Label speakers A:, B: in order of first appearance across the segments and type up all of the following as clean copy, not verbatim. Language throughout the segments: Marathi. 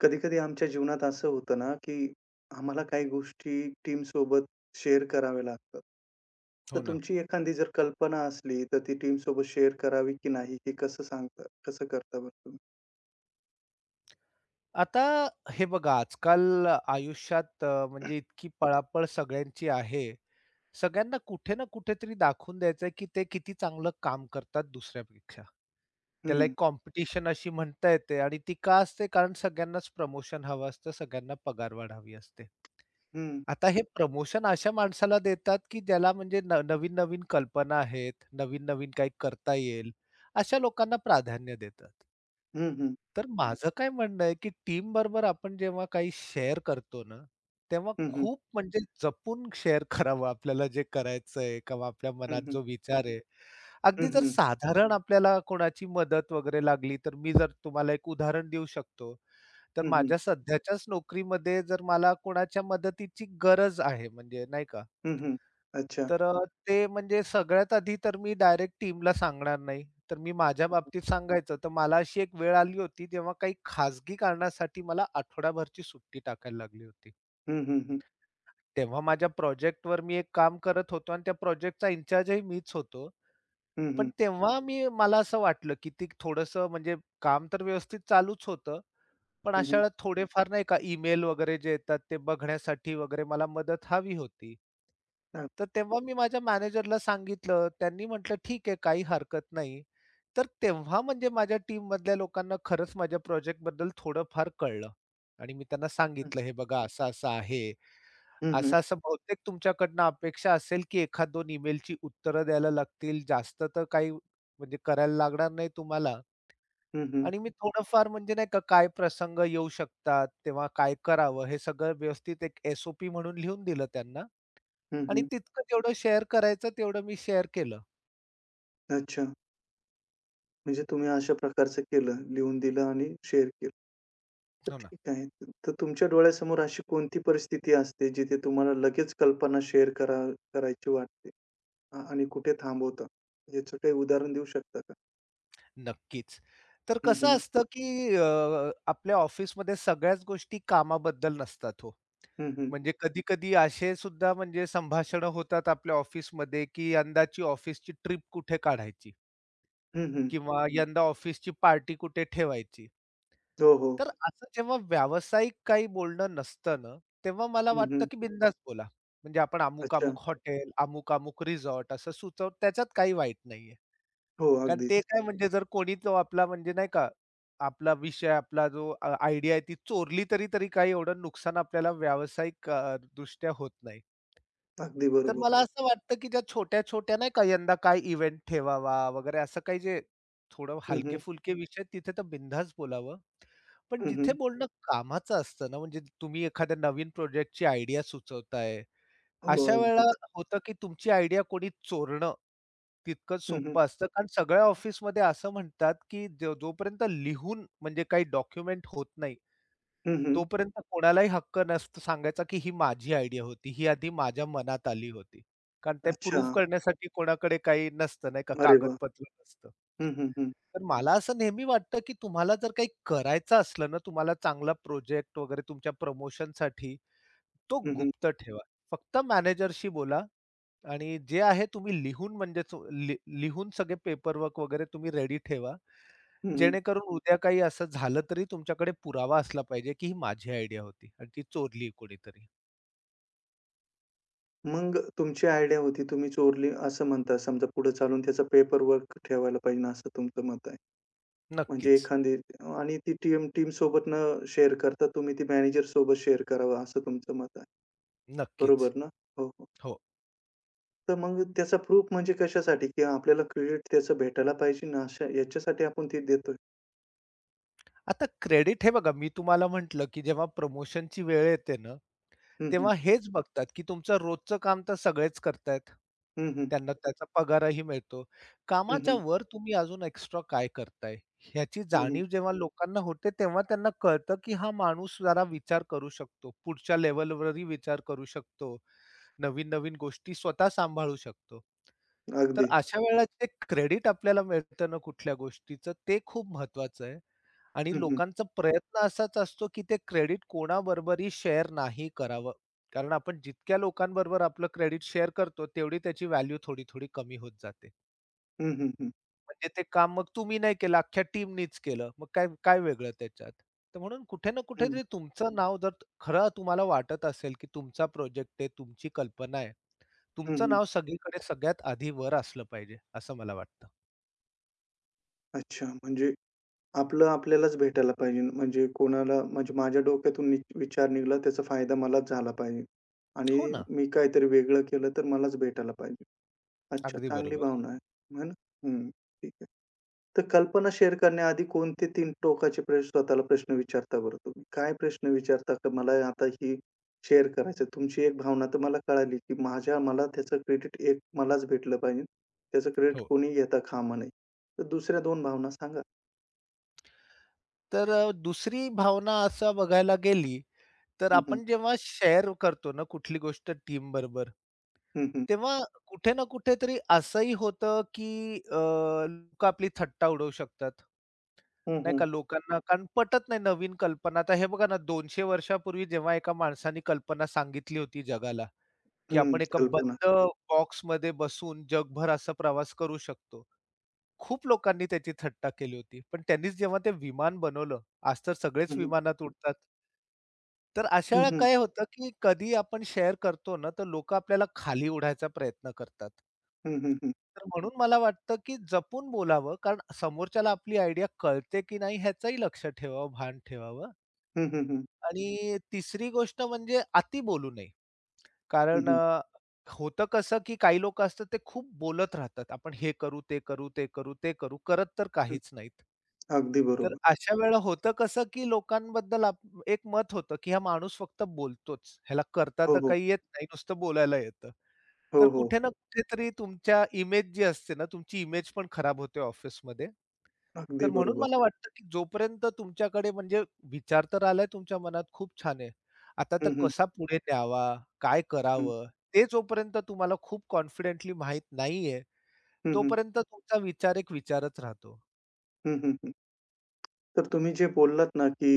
A: कधी-कधी आमच्या जीवनात असं होतं ना, की आम्हाला काही गोष्टी टीमसोबत शेअर कराव्या लागतात. तर
B: हो ना.
A: तुमची एखादी जर कल्पना असली, तर ती टीमसोबत शेअर करावी की नाही, हे कसं करता बरं तुम्ही?
B: आता हे बघा आजकाल आयुष्यात म्हणजे इतकी पळापळ सगळ्यांची आहे. सगळ्यांना कुठे ना कुठेतरी दाखवून द्यायचंय, की ते किती चांगलं काम करतात दुसऱ्यापेक्षा. त्याला
A: हं,
B: एक कॉम्पिटिशन अशी म्हणता येते आणि ती का असते कारण सगळ्यांनाच प्रमोशन हवं असतं, सगळ्यांना पगारवाढ हवी असते.
A: हं,
B: आता हे प्रमोशन अशा माणसाला देतात, की ज्याला म्हणजे नवीन-नवीन कल्पना आहेत, नवीन-नवीन काही करता येईल, अशा लोकांना प्राधान्य देतात.
A: हं, हं, हं,
B: तर माझं काय म्हणणं आहे, की टीमबरोबर आपण जेव्हा काही शेअर करतो ना, तेव्हा
A: हं, हं,
B: खूप म्हणजे जपून शेअर करावं आपल्याला जे करायचंय किंवा आपल्या मनात
A: हं,
B: जो विचार आहे. अगदी जर साधारण आपल्याला कोणाची मदत वगैरे लागली, तर मी जर तुम्हाला एक उदाहरण देऊ शकतो. तर माझ्या सध्याच्याच नोकरीमध्ये जर मला कोणाच्या मदतीची गरज आहे म्हणजे नाही का,
A: अच्छा.
B: तर ते म्हणजे सगळ्यात आधी तर मी डायरेक्ट टीमला सांगणार नाही. तर मी माझ्या बाबतीत सांगायचं तर मला अशी एक वेळ आली होती तेव्हा काही खाजगी कारणासाठी मला आठवडाभरची सुट्टी टाकायला लागली होती.
A: हं, हं, हं,
B: तेव्हा माझ्या प्रोजेक्टवर मी एक काम करत होतो आणि त्या प्रोजेक्टचा इन्चार्जही मीच होतो.
A: हं,
B: पण
A: हं,
B: तेव्हा मी मला असं वाटलं, की ते थोडंसं म्हणजे काम तर व्यवस्थित चालूच होतं, पण
A: हं,
B: अशा
A: हं.
B: वेळेला थोडेफार नाही का ईमेल वगैरे जे येतात ते बघण्यासाठी वगैरे मला मदत हवी होती.
A: हां.
B: तर तेव्हा मी माझ्या मॅनेजरला सांगितलं. त्यांनी म्हटलं, "ठीक आहे, काही हरकत नाही." तर तेव्हा म्हणजे माझ्या टीममधल्या लोकांना खरंच माझ्या प्रोजेक्टबद्दल थोडंफार कळलं आणि मी त्यांना सांगितलं, "हे बघा असं-असं आहे.
A: हं, हं,
B: असं-असं बहुतेक तुमच्याकडनं अपेक्षा असेल की 1-2 ईमेलची उत्तरं द्यायला लागतील. जास्त तर काही म्हणजे करायला लागणार नाही तुम्हाला." आणि मी थोडंफार म्हणजे नाही का काय प्रसंग येऊ शकतात, तेव्हा काय करावं हे सगळं व्यवस्थित एक एस-ओ-पी म्हणून लिहून दिलं त्यांना आणि तितकं जेवढं शेअर करायचं तेवढं मी शेअर केलं.
A: अच्छा. म्हणजे तुम्ही अशा प्रकारचं केलं, लिहून दिलं आणि शेअर केलं. तर
B: हो ना.
A: ठीक आहे. तर तुमच्या डोळ्यासमोर अशी कोणती परिस्थिती असते, जिथे तुम्हाला लगेच कल्पना शेअर करायची वाटते आणि कुठे थांबवता? याचं काही उदाहरण देऊ शकता का?
B: नक्कीच. तर
A: हं,
B: कसं
A: हं.
B: असतं, की आपल्या ऑफिसमध्ये सगळ्याच गोष्टी कामाबद्दल नसतात हो.
A: हं, हं.
B: म्हणजे कधी-कधी असे सुद्धा म्हणजे संभाषणं होतात आपल्या ऑफिसमध्ये, की यंदाची ऑफिसची ट्रिप कुठे काढायची किंवा यंदा ऑफिसची पार्टी कुठे ठेवायची.
A: हो, हो.
B: तर असं जेव्हा व्यावसायिक काही बोलणं नसतं ना, तेव्हा मला वाटतं
A: हं,
B: की बिनधास्त बोला. म्हणजे आपण
A: अच्छा.
B: अमुक-अमुक हॉटेल, अमुक-अमुक रिसॉर्ट असं सुचव त्याच्यात काही वाईट नाहीये.
A: हो,
B: कारण ते
A: अगदीच.
B: काय म्हणजे जर कोणी तो आपला म्हणजे नाही का, आपला विषय, आपला जो आयडिया आहे ती चोरली तरी तरी काही एवढं नुकसान आपल्याला व्यावसायिक दृष्ट्या होत नाही.
A: अगदी
B: तर
A: बरोबर.
B: मला असं वाटतं की ज्या छोट्या-छोट्या नाही का यंदा काय इव्हेंट ठेवावा वगैरे असं काही जे थोडं
A: हं, हं.
B: हलके-फुलके विषय आहेत, तिथे तर बिनधास्त बोलावं. पण जिथे बोलणं कामाचं असतं ना, म्हणजे तुम्ही एखाद्या नवीन प्रोजेक्टची आयडिया सुचवताय,
A: हो,
B: अशा वेळेला
A: अगदीच.
B: होतं की तुमची आयडिया कोणी चोरणं तितकंच
A: हं, हं.
B: सोपं असतं. कारण सगळ्या ऑफिसमध्ये असं म्हणतात की जो जोपर्यंत लिहून म्हणजे काही डॉक्युमेंट होत नाही, तोपर्यंत कोणालाही हक्क नसतो सांगायचा की ही माझी आयडिया होती. ही आधी माझ्या मनात आली होती. कारण ते
A: अच्छा.
B: प्रूव्ह करण्यासाठी कोणाकडे काही नसतं नाही का
A: अरे वाह!
B: कागदपत्र नसतं.
A: हं, हं, हं.
B: तर मला असं नेहमी वाटतं, की तुम्हाला जर काही करायचं असलं ना, तुम्हाला चांगला प्रोजेक्ट वगैरे तुमच्या प्रमोशनसाठी, तो
A: हं,
B: गुप्त ठेवा. फक्त मॅनेजरशी बोला आणि जे आहे तुम्ही लिहून म्हणजेच लिहून सगळे पेपर वगैरे तुम्ही रेडी ठेवा. जेणेकरून उद्या काही असं झालं तरी तुमच्याकडे पुरावा असला पाहिजे, की ही माझी आयडिया होती आणि ती चोरली कोणीतरी.
A: मग तुमची आयडिया होती तुम्ही चोरली असं म्हणता. समजा पुढे चालून त्याचा पेपर वर्क ठेवायला पाहिजे असं तुमचं मत म्हणजे
B: नक्कीच,
A: एखादी आणि ती टीम टीम सोबत न शेअर करता तुम्ही ती मॅनेजरसोबत शेअर करावं असं तुमचं मत आहे.
B: नक्कीच.
A: बरोबर ना? हो, हो.
B: हो.
A: तर मग त्याचा प्रूफ म्हणजे कशासाठी? की आपल्याला क्रेडिट त्याचं भेटायला पाहिजे ना, अशा याच्यासाठी आपण ते देतोय.
B: आता क्रेडिट हे बघा मी तुम्हाला म्हटलं, की जेव्हा प्रमोशनची वेळ येते ना,
A: हं, हं.
B: तेव्हा हेच बघतात, की तुमचं रोजचं काम तर सगळेच करतायत.
A: हं, हं.
B: त्यांना त्याचा पगारही मिळतो.
A: हं,
B: कामाच्या
A: हं.
B: वर तुम्ही अजून एक्स्ट्रा काय करताय? ह्याची
A: हं, हं.
B: जाणीव जेव्हा लोकांना होते, तेव्हा त्यांना कळतं, की हा माणूस जरा विचार करू शकतो. पुढच्या लेव्हलवरही विचार करू शकतो. नवीन-नवीन गोष्टी स्वतः सांभाळू शकतो. तर
A: अगदी.
B: अशा वेळेला जे क्रेडिट आपल्याला मिळतं ना कुठल्या गोष्टीचं, ते खूप महत्वाचं आहे. आणि
A: हं, हं.
B: लोकांचा प्रयत्न असाच असतो, की ते क्रेडिट कोणाबरोबरही शेअर नाही करावं. कारण आपण जितक्या लोकांबरोबर आपलं क्रेडिट शेअर करतो, तेवढी त्याची व्हॅल्यू थोडी-थोडी कमी होत जाते.
A: हं, हं, हं.
B: म्हणजे ते काम मग तुम्ही नाही केलं, अख्ख्या टीमनीच केलं. मग काय काय वेगळं त्याच्यात? तर म्हणून कुठे ना
A: हं,
B: कुठेतरी तुमचं नाव जर खरं तुम्हाला वाटत असेल, की तुमचा प्रोजेक्ट आहे, तुमची कल्पना आहे.
A: हं,
B: तुमचं
A: हं.
B: नाव सगळीकडे सगळ्यात आधी वर असलं पाहिजे, असं मला वाटतं.
A: अच्छा म्हणजे आपलं आपल्यालाच भेटायला पाहिजे. म्हणजे कोणाला म्हणजे माझ्या डोक्यातून नि विचार निघाला त्याचा फायदा मलाच झाला पाहिजे आणि
B: हो ना,
A: मी काहीतरी वेगळं केलं तर मलाच भेटायला पाहिजे. अच्छा,
B: अगदी
A: चांगली
B: बरोबर.
A: भावना आहे. आहे ना? हं, ठीक आहे. तर कल्पना शेअर करण्याआधी कोणते 3 टोकाचे प्रश्न स्वतःला प्रश्न विचारता बरं तुम्ही? काय प्रश्न विचारता का मला आता ही शेअर करायचं आहे? तुमची एक भावना तर मला कळाली, की माझ्या मला त्याचं क्रेडिट एक मलाच भेटलं पाहिजे. त्याचं क्रेडिट
B: हो.
A: कोणी घेता कामा नये. तर दुसऱ्या 2 भावना सांगा.
B: तर दुसरी भावना असं बघायला गेली, तर
A: हं, हं.
B: आपण जेव्हा शेअर करतो ना कुठली गोष्ट टीमबरोबर,
A: हं, हं.
B: तेव्हा कुठे ना कुठेतरी असंही होतं, की लोकं आपली थट्टा उडवू शकतात.
A: हं,
B: नाही
A: हं.
B: का लोकांना कारण पटत नाही नवीन कल्पना. आता हे बघा ना 200 वर्षापूर्वी जेव्हा एका माणसाने कल्पना सांगितली होती जगाला, की आपण एका
A: कल्पना.
B: बंद बॉक्समध्ये बसून जगभर असा प्रवास करू शकतो. खूप लोकांनी त्याची थट्टा केली होती. पण त्यांनीच जेव्हा ते विमान बनवलं, आज तर सगळेच
A: हं, हं.
B: विमानात उडतात. तर अशा
A: हं,
B: वेळेला
A: हं.
B: काय होतं, की कधी आपण शेअर करतो ना, तर लोकं आपल्याला खाली उडायचा प्रयत्न करतात.
A: हं, हं, हं.
B: तर म्हणून मला वाटतं, की जपून बोलावं, कारण समोरच्याला आपली आयडिया कळते की नाही ह्याचंही लक्ष ठेवावं, भान ठेवावं
A: हं, हं, हं.
B: आणि तिसरी गोष्ट म्हणजे अति बोलू नये. कारण होतं कसं, की काही लोकं असतात ते खूप बोलत राहतात. आपण हे करू, ते करू, ते करू, ते करू. करत तर काहीच नाहीत.
A: अगदी
B: तर
A: बरोबर.
B: अशा वेळेला होतं कसं, की लोकांबद्दल एक मत होतं, की हा माणूस फक्त बोलतोच. ह्याला करता
A: हो,
B: तर
A: हो.
B: काही येत नाही, नुसतं बोलायला येतं.
A: हो,
B: तर
A: हो.
B: कुठे ना कुठेतरी तुमच्या इमेज जी असते ना, तुमची इमेज पण खराब होते ऑफिसमध्ये.
A: अगदी
B: तर म्हणून
A: बरोबर.
B: मला वाटतं, की जोपर्यंत तुमच्याकडे म्हणजे विचार तर आलाय तुमच्या मनात खूप छान आहे. आता तर
A: हं, हं.
B: कसा पुढे न्यावा, काय
A: हं.
B: करावं, ते जोपर्यंत तुम्हाला खूप कॉन्फिडेंटली माहीत नाहीये,
A: हं, हं.
B: तोपर्यंत तुमचा विचार एक विचारच राहतो.
A: हं, हं, हं. तर तुम्ही जे बोललात ना, की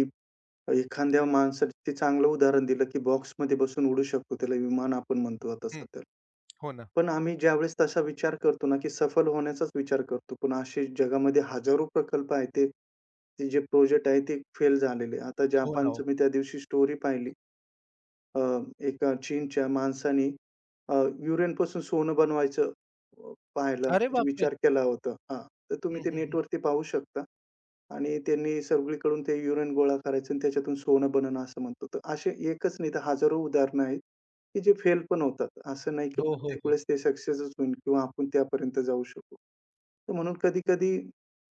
A: एखाद्या माणसाचं ते चांगलं उदाहरण दिलं, की बॉक्समध्ये बसून उडू शकतो. त्याला विमान आपण म्हणतो आता
B: हं.
A: सध्या.
B: हो ना.
A: पण आम्ही ज्यावेळेस तसा विचार करतो ना, की सफल होण्याचाच विचार करतो. पण असे जगामध्ये हजारो प्रकल्प आहेत. ते ते जे प्रोजेक्ट आहे ते फेल झालेले. आता
B: हो ना, हो.
A: जापानचं मी त्या दिवशी स्टोरी पाहिली. अ, एका चीनच्या माणसाने अ, युरेनपासून सोनं बनवायचं पाहायला
B: अरे
A: म्हणजे
B: बापरे!
A: विचार केला होता. हां, तर तुम्ही
B: हं,
A: ते
B: हं, हं.
A: नेटवरती पाहू शकता. आणि त्यांनी सगळीकडून ते युरेन गोळा करायचं आणि त्याच्यातून सोनं बनवणं असं म्हणतो. तर असे एकच नाही तर हजारो उदाहरणं आहेत, की जे फेल पण होतात. असं नाही की
B: हो, हो,
A: प्रत्येक
B: हो.
A: वेळेस ते सक्सेसच होईल किंवा आपण त्यापर्यंत जाऊ शकू. तर म्हणून कधी-कधी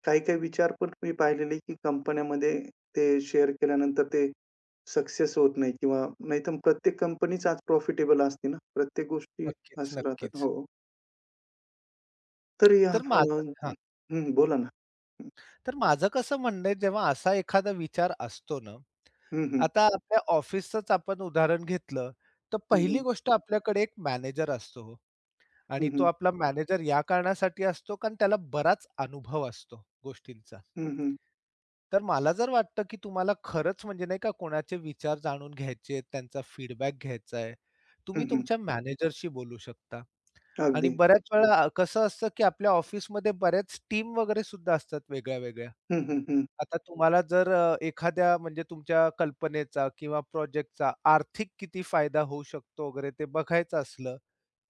A: काही-काही विचार पण मी पाहिलेले, की कंपन्यामध्ये ते शेअर केल्यानंतर ते सक्सेस होत नाही किंवा नाहीतर प्रत्येक कंपनीच आज प्रॉफिटेबल असते ना. प्रत्येक गोष्टी
B: नक्कीच,
A: अशा राहतात.
B: नक्कीच.
A: हो. तर या
B: तर माझं
A: हं,
B: हां.
A: हं, बोला ना.
B: तर माझं कसं म्हणणं आहे, जेव्हा असा एखादा विचार असतो ना,
A: हं, हं,
B: आता आपल्या ऑफिसचंच आपण उदाहरण घेतलं, तर
A: हं,
B: पहिली
A: हं,
B: गोष्ट आपल्याकडे एक मॅनेजर असतो. हो.
A: हं,
B: आणि तो
A: हं,
B: आपला मॅनेजर या कारणासाठी असतो, कारण त्याला बराच अनुभव असतो गोष्टींचा.
A: हं, हं,
B: तर मला जर वाटतं, की तुम्हाला खरंच म्हणजे नाही का कोणाचे विचार जाणून घ्यायचे आहेत, त्यांचा फीडबॅक घ्यायचा आहे.
A: हं,
B: तुम्ही
A: हं.
B: तुमच्या मॅनेजरशी बोलू शकता. आणि
A: अगदी.
B: बऱ्याच वेळा कसं असतं, की आपल्या ऑफिसमध्ये बऱ्याच टीम वगैरे सुद्धा असतात वेगळ्या-वेगळ्या.
A: हं, हं, हं,
B: आता तुम्हाला जर एखाद्या म्हणजे तुमच्या कल्पनेचा किंवा प्रोजेक्टचा आर्थिक किती फायदा होऊ शकतो वगैरे ते बघायचं असलं,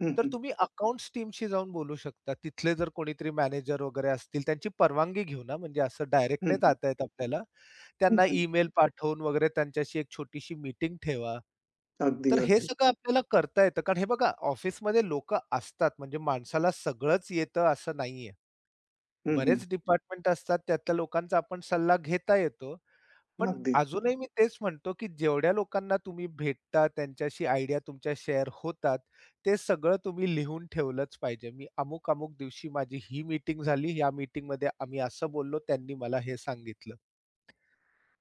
A: हं,
B: तर
A: हं,
B: तुम्ही अकाउंट्स टीमशी जाऊन बोलू शकता. तिथले जर कोणीतरी मॅनेजर वगैरे असतील त्यांची परवानगी घेऊन हां, म्हणजे असं डायरेक्ट
A: हं,
B: नाही
A: हं,
B: जाता येत आपल्याला. त्यांना
A: हं,
B: ईमेल पाठवून वगैरे त्यांच्याशी एक छोटीशी मीटिंग ठेवा.
A: अगदी,
B: तर हे
A: अगदी.
B: सगळं आपल्याला करता येतं. कारण हे बघा ऑफिसमध्ये लोकं असतात म्हणजे माणसाला सगळंच येतं असं नाहीये.
A: हं, हं.
B: बरेच डिपार्टमेंट असतात त्यातल्या लोकांचा आपण सल्ला घेता येतो. पण
A: अगदी.
B: अजूनही मी तेच म्हणतो, की जेवढ्या लोकांना तुम्ही भेटता त्यांच्याशी आयडिया तुमच्या शेअर होतात, ते सगळं तुम्ही लिहून ठेवलंच पाहिजे. मी अमुक-अमुक दिवशी माझी ही मीटिंग झाली, या मीटिंगमध्ये आम्ही असं बोललो, त्यांनी मला हे सांगितलं.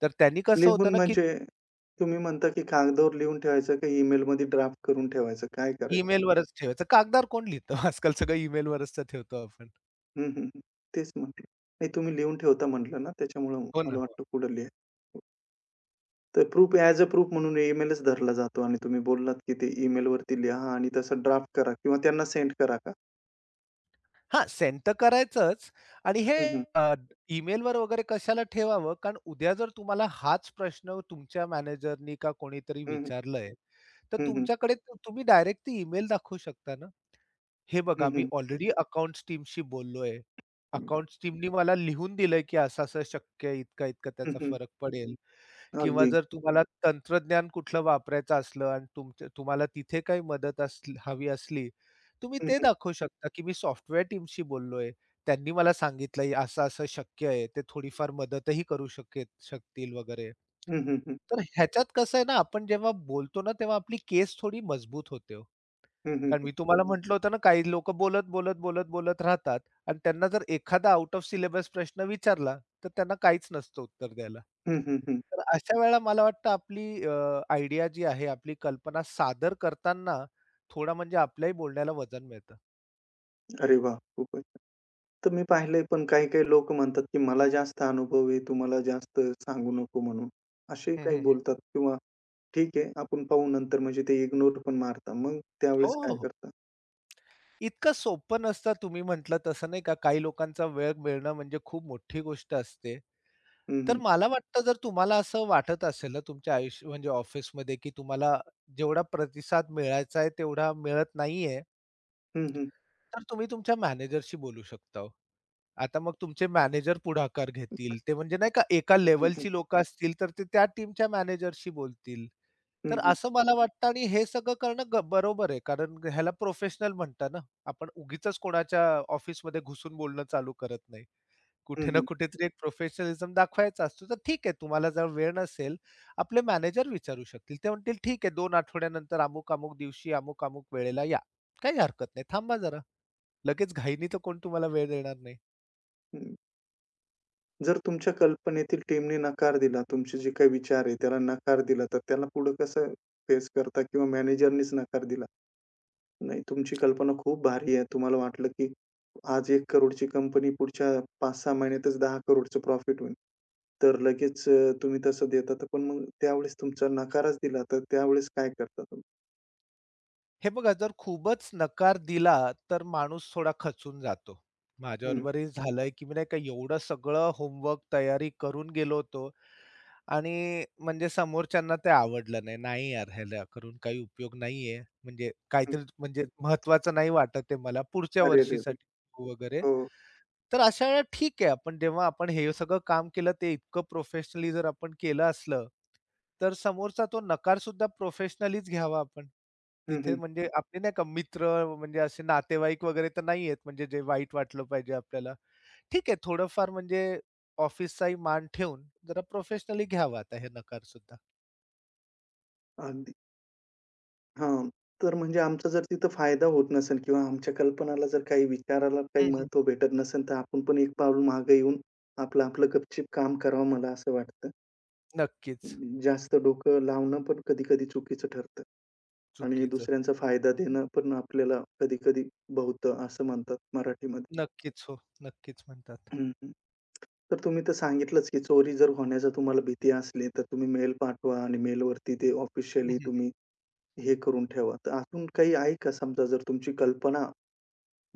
B: तर त्यांनी कसं होतं
A: लिहून
B: ना, की
A: म्हणजे तुम्ही म्हणता की कागदावर लिहून ठेवायचं का ईमेलमध्ये ड्राफ्ट करून ठेवायचं? काय करायचं?
B: ईमेलवरच ठेवायचं. कागदावर कोण लिहितं? आजकाल सगळं ईमेलवरच तर ठेवतो आपण.
A: हं, हं, हं. तेच म्हटलं. नाही तुम्ही लिहून ठेवता म्हटलं ना त्याच्यामुळं
B: हो ना,
A: मला
B: हो.
A: वाटलं पुढे लिहा. तर प्रूफ ॲज अ प्रूफ म्हणून ईमेलच धरला जातो आणि तुम्ही बोललात, की ते ईमेलवरती लिहा आणि तसं ड्राफ्ट करा किंवा त्यांना सेंड करा का?
B: हां, सेंड तर करायचंच आणि हे
A: हं, हं.
B: अ, ईमेलवर वगैरे कशाला ठेवावं? कारण उद्या जर तुम्हाला हाच प्रश्न तुमच्या मॅनेजरनी का कोणीतरी
A: हं, हं.
B: विचारलाय, तर
A: हं, हं.
B: तुमच्याकडे तुम्ही डायरेक्ट ती ईमेल दाखवू शकता ना. हे बघा
A: हं,
B: मी
A: हं.
B: ऑलरेडी अकाउंट्स टीमशी बोललोय. अकाउंट्स टीमनी मला लिहून दिलंय, की असं-असं शक्य आहे, इतका-इतका
A: हं,
B: त्याचा
A: हं.
B: फरक पडेल. किंवा
A: अगदी.
B: जर तुम्हाला तंत्रज्ञान कुठलं वापरायचं असलं आणि तुमच्या तुम्हाला तिथे काही मदत असली हवी असली, तुम्ही
A: हं,
B: ते
A: हं.
B: दाखवू शकता, की मी सॉफ्टवेअर टीमशी बोललोय. त्यांनी मला सांगितलंय असं-असं शक्य आहे. ते थोडीफार मदतही करू शकतील वगैरे.
A: हं, हं, हं.
B: तर ह्याच्यात कसं आहे ना, आपण जेव्हा बोलतो ना, तेव्हा आपली केस थोडी मजबूत होते हो.
A: हं, हं,
B: कारण
A: हं.
B: मी तुम्हाला म्हटलं होतं ना, काही लोकं बोलत, बोलत, बोलत, बोलत राहतात आणि त्यांना जर एखादा आउट ऑफ सिलेबस प्रश्न विचारला, तर त्यांना काहीच नसतं उत्तर द्यायला.
A: हं, हं,
B: तर अशा वेळेला मला वाटतं आपली आयडिया जी आहे, आपली कल्पना सादर करताना थोडा म्हणजे आपल्याही बोलण्याला वजन मिळतं.
A: अरे वाह! खूपच छान. तर मी पाहिलंय पण काही-काही लोकं म्हणतात, की मला जास्त अनुभव आहे, तू मला जास्त सांगू नको म्हणून. असे
B: हं,
A: काही
B: हं, हं.
A: बोलतात किंवा ठीक आहे, आपण पाहू नंतर म्हणजे ते इग्नोर पण मारतात. मग
B: हो,
A: त्यावेळेस
B: हो,
A: काय
B: हो.
A: करता?
B: इतकं सोपं नसतं तुम्ही म्हटलं तसं नाही का, काही लोकांचा वेळ मिळणं म्हणजे खूप मोठी गोष्ट असते. तर
A: हं.
B: मला वाटतं जर तुम्हाला असं वाटत असेल ना, तुमच्या आयुष्य म्हणजे ऑफिसमध्ये की तुम्हाला जेवढा प्रतिसाद मिळायचा आहे, तेवढा मिळत नाहीये.
A: हं, हं.
B: तर तुम्ही तुमच्या मॅनेजरशी बोलू शकता हो. आता मग तुमचे मॅनेजर पुढाकार घेतील. ते म्हणजे नाही का एका
A: हं, हं.
B: लेव्हलची लोकं असतील, तर ते त्या टीमच्या मॅनेजरशी बोलतील.
A: हं,
B: तर
A: हं.
B: असं मला वाटतं आणि हे सगळं करणं बरोबर आहे. कारण ह्याला प्रोफेशनल म्हणता ना. आपण उगीचच कोणाच्या ऑफिसमध्ये घुसून बोलणं चालू करत नाही.
A: हं,
B: कुठे ना
A: हं.
B: कुठेतरी एक प्रोफेशनलिझम दाखवायचा असतो. तर ठीक आहे तुम्हाला जर वेळ नसेल, आपले मॅनेजर विचारू शकतील. ते म्हणतील, "ठीक आहे 2 आठवड्यानंतर अमुक-अमुक दिवशी, अमुक-अमुक वेळेला या." काही हरकत नाही. थांबा जरा. लगेच घाईनी तर कोण तुम्हाला वेळ देणार नाही.
A: हं. जर तुमच्या कल्पनेतील टीमने नकार दिला, तुमचे जे काही विचार आहे त्याला नकार दिला, तर त्याला पुढे कसं फेस करता? किंवा मॅनेजरनीच नकार दिला, "नाही, तुमची कल्पना खूप भारी आहे. तुम्हाला वाटलं, की आज 1 करोड कंपनी पुढच्या 5-6 महिन्यातच 10 करोड प्रॉफिट होईल." तर लगेच तुम्ही तसं देता, तर पण मग त्यावेळेस तुमचा नकारच दिला, तर त्यावेळेस काय करता तुम्ही?
B: हे बघा जर खूपच नकार दिला, तर माणूस थोडा खचून जातो.
A: हं,
B: माझ्याबरोबरही झालंय, की मी नाही का एवढं सगळं होमवर्क तयारी करून गेलो होतो आणि म्हणजे समोरच्यांना ते आवडलं नाही. नाही यार ह्याला करून काही उपयोग नाहीये. म्हणजे
A: हं.
B: काहीतरी म्हणजे महत्त्वाचं नाही वाटत आहे मला पुढच्या
A: अरेरेरे!
B: वर्षीसाठी वगैरे.
A: हो.
B: तर अशा वेळेला ठीक आहे, आपण जेव्हा आपण हे सगळं काम केलं ते इतकं प्रोफेशनली जर आपण केलं असलं, तर समोरचा तो नकार सुद्धा प्रोफेशनलीच घ्यावा आपण.
A: हं,
B: तिथे
A: हं.
B: म्हणजे आपले नाही का मित्र म्हणजे असे नातेवाईक वगैरे तर नाहीयेत म्हणजे जे वाईट वाटलं पाहिजे आपल्याला. ठीक आहे थोडंफार म्हणजे ऑफिसचाही मान ठेवून जरा प्रोफेशनली घ्यावा आता हे नकार सुद्धा.
A: अगदी. हां. तर म्हणजे आमचा जर तिथं फायदा होत नसेल किंवा आमच्या कल्पनाला जर काही विचाराला
B: हं,
A: काही
B: हं.
A: महत्त्व भेटत नसेल, तर आपण पण एक पाऊल मागे येऊन आपलं-आपलं गपचीप काम करावं मला असं वाटतं.
B: नक्कीच.
A: जास्त डोकं लावणं पण कधी-कधी चुकीचं ठरतं. आणि
B: चुकीचं.
A: दुसऱ्यांचा फायदा देणं पण आपल्याला कधी-कधी भवतं असं म्हणतात मराठीमध्ये.
B: नक्कीच हो. नक्कीच म्हणतात.
A: हं, हं. तर तुम्ही तर सांगितलंच की चोरी जर होण्याचा तुम्हाला भीती असली, तर तुम्ही मेल पाठवा आणि मेलवरती ते
B: हं,
A: ऑफिशियली
B: हं.
A: तुम्ही हे करून ठेवा. तर अजून काही आहे का समजा जर तुमची कल्पना,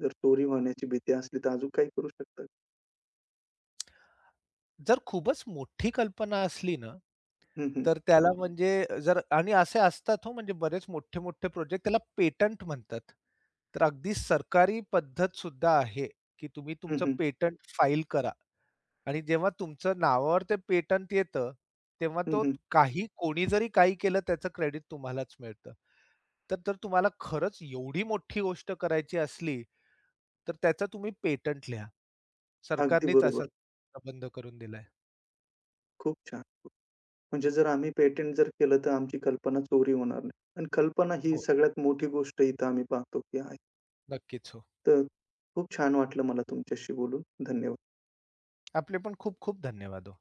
A: जर चोरी होण्याची भीती असली तर अजून काही करू शकता?
B: जर खूपच मोठी कल्पना असली ना
A: हं, हं.
B: तर त्याला म्हणजे जर आणि असे असतात हो म्हणजे बरेच मोठे-मोठे प्रोजेक्ट त्याला पेटंट म्हणतात. तर अगदी सरकारी पद्धत सुद्धा आहे, की तुम्ही
A: हं,
B: तुमचं
A: हं.
B: पेटंट फाईल करा आणि जेव्हा तुमचं नावावर ते पेटंट येतं, तेव्हा
A: हं,
B: तो
A: हं.
B: काही कोणी जरी काही केलं त्याचं क्रेडिट तुम्हालाच मिळतं. तर जर तुम्हाला खरंच एवढी मोठी गोष्ट करायची असली, तर त्याचं तुम्ही पेटंट लिहा.
A: अगदी
B: सरकारनेच असा
A: बरोबर.
B: प्रबंध करून दिलाय.
A: खूप छान. म्हणजे जर आम्ही पेटंट जर केलं तर आमची कल्पना चोरी होणार नाही. आणि कल्पना ही
B: हो,
A: सगळ्यात मोठी गोष्ट इथं आम्ही पाहतो की आहे.
B: नक्कीच हो.
A: तर खूप छान वाटलं मला तुमच्याशी बोलून. धन्यवाद.
B: आपले पण खूप-खूप धन्यवाद हो.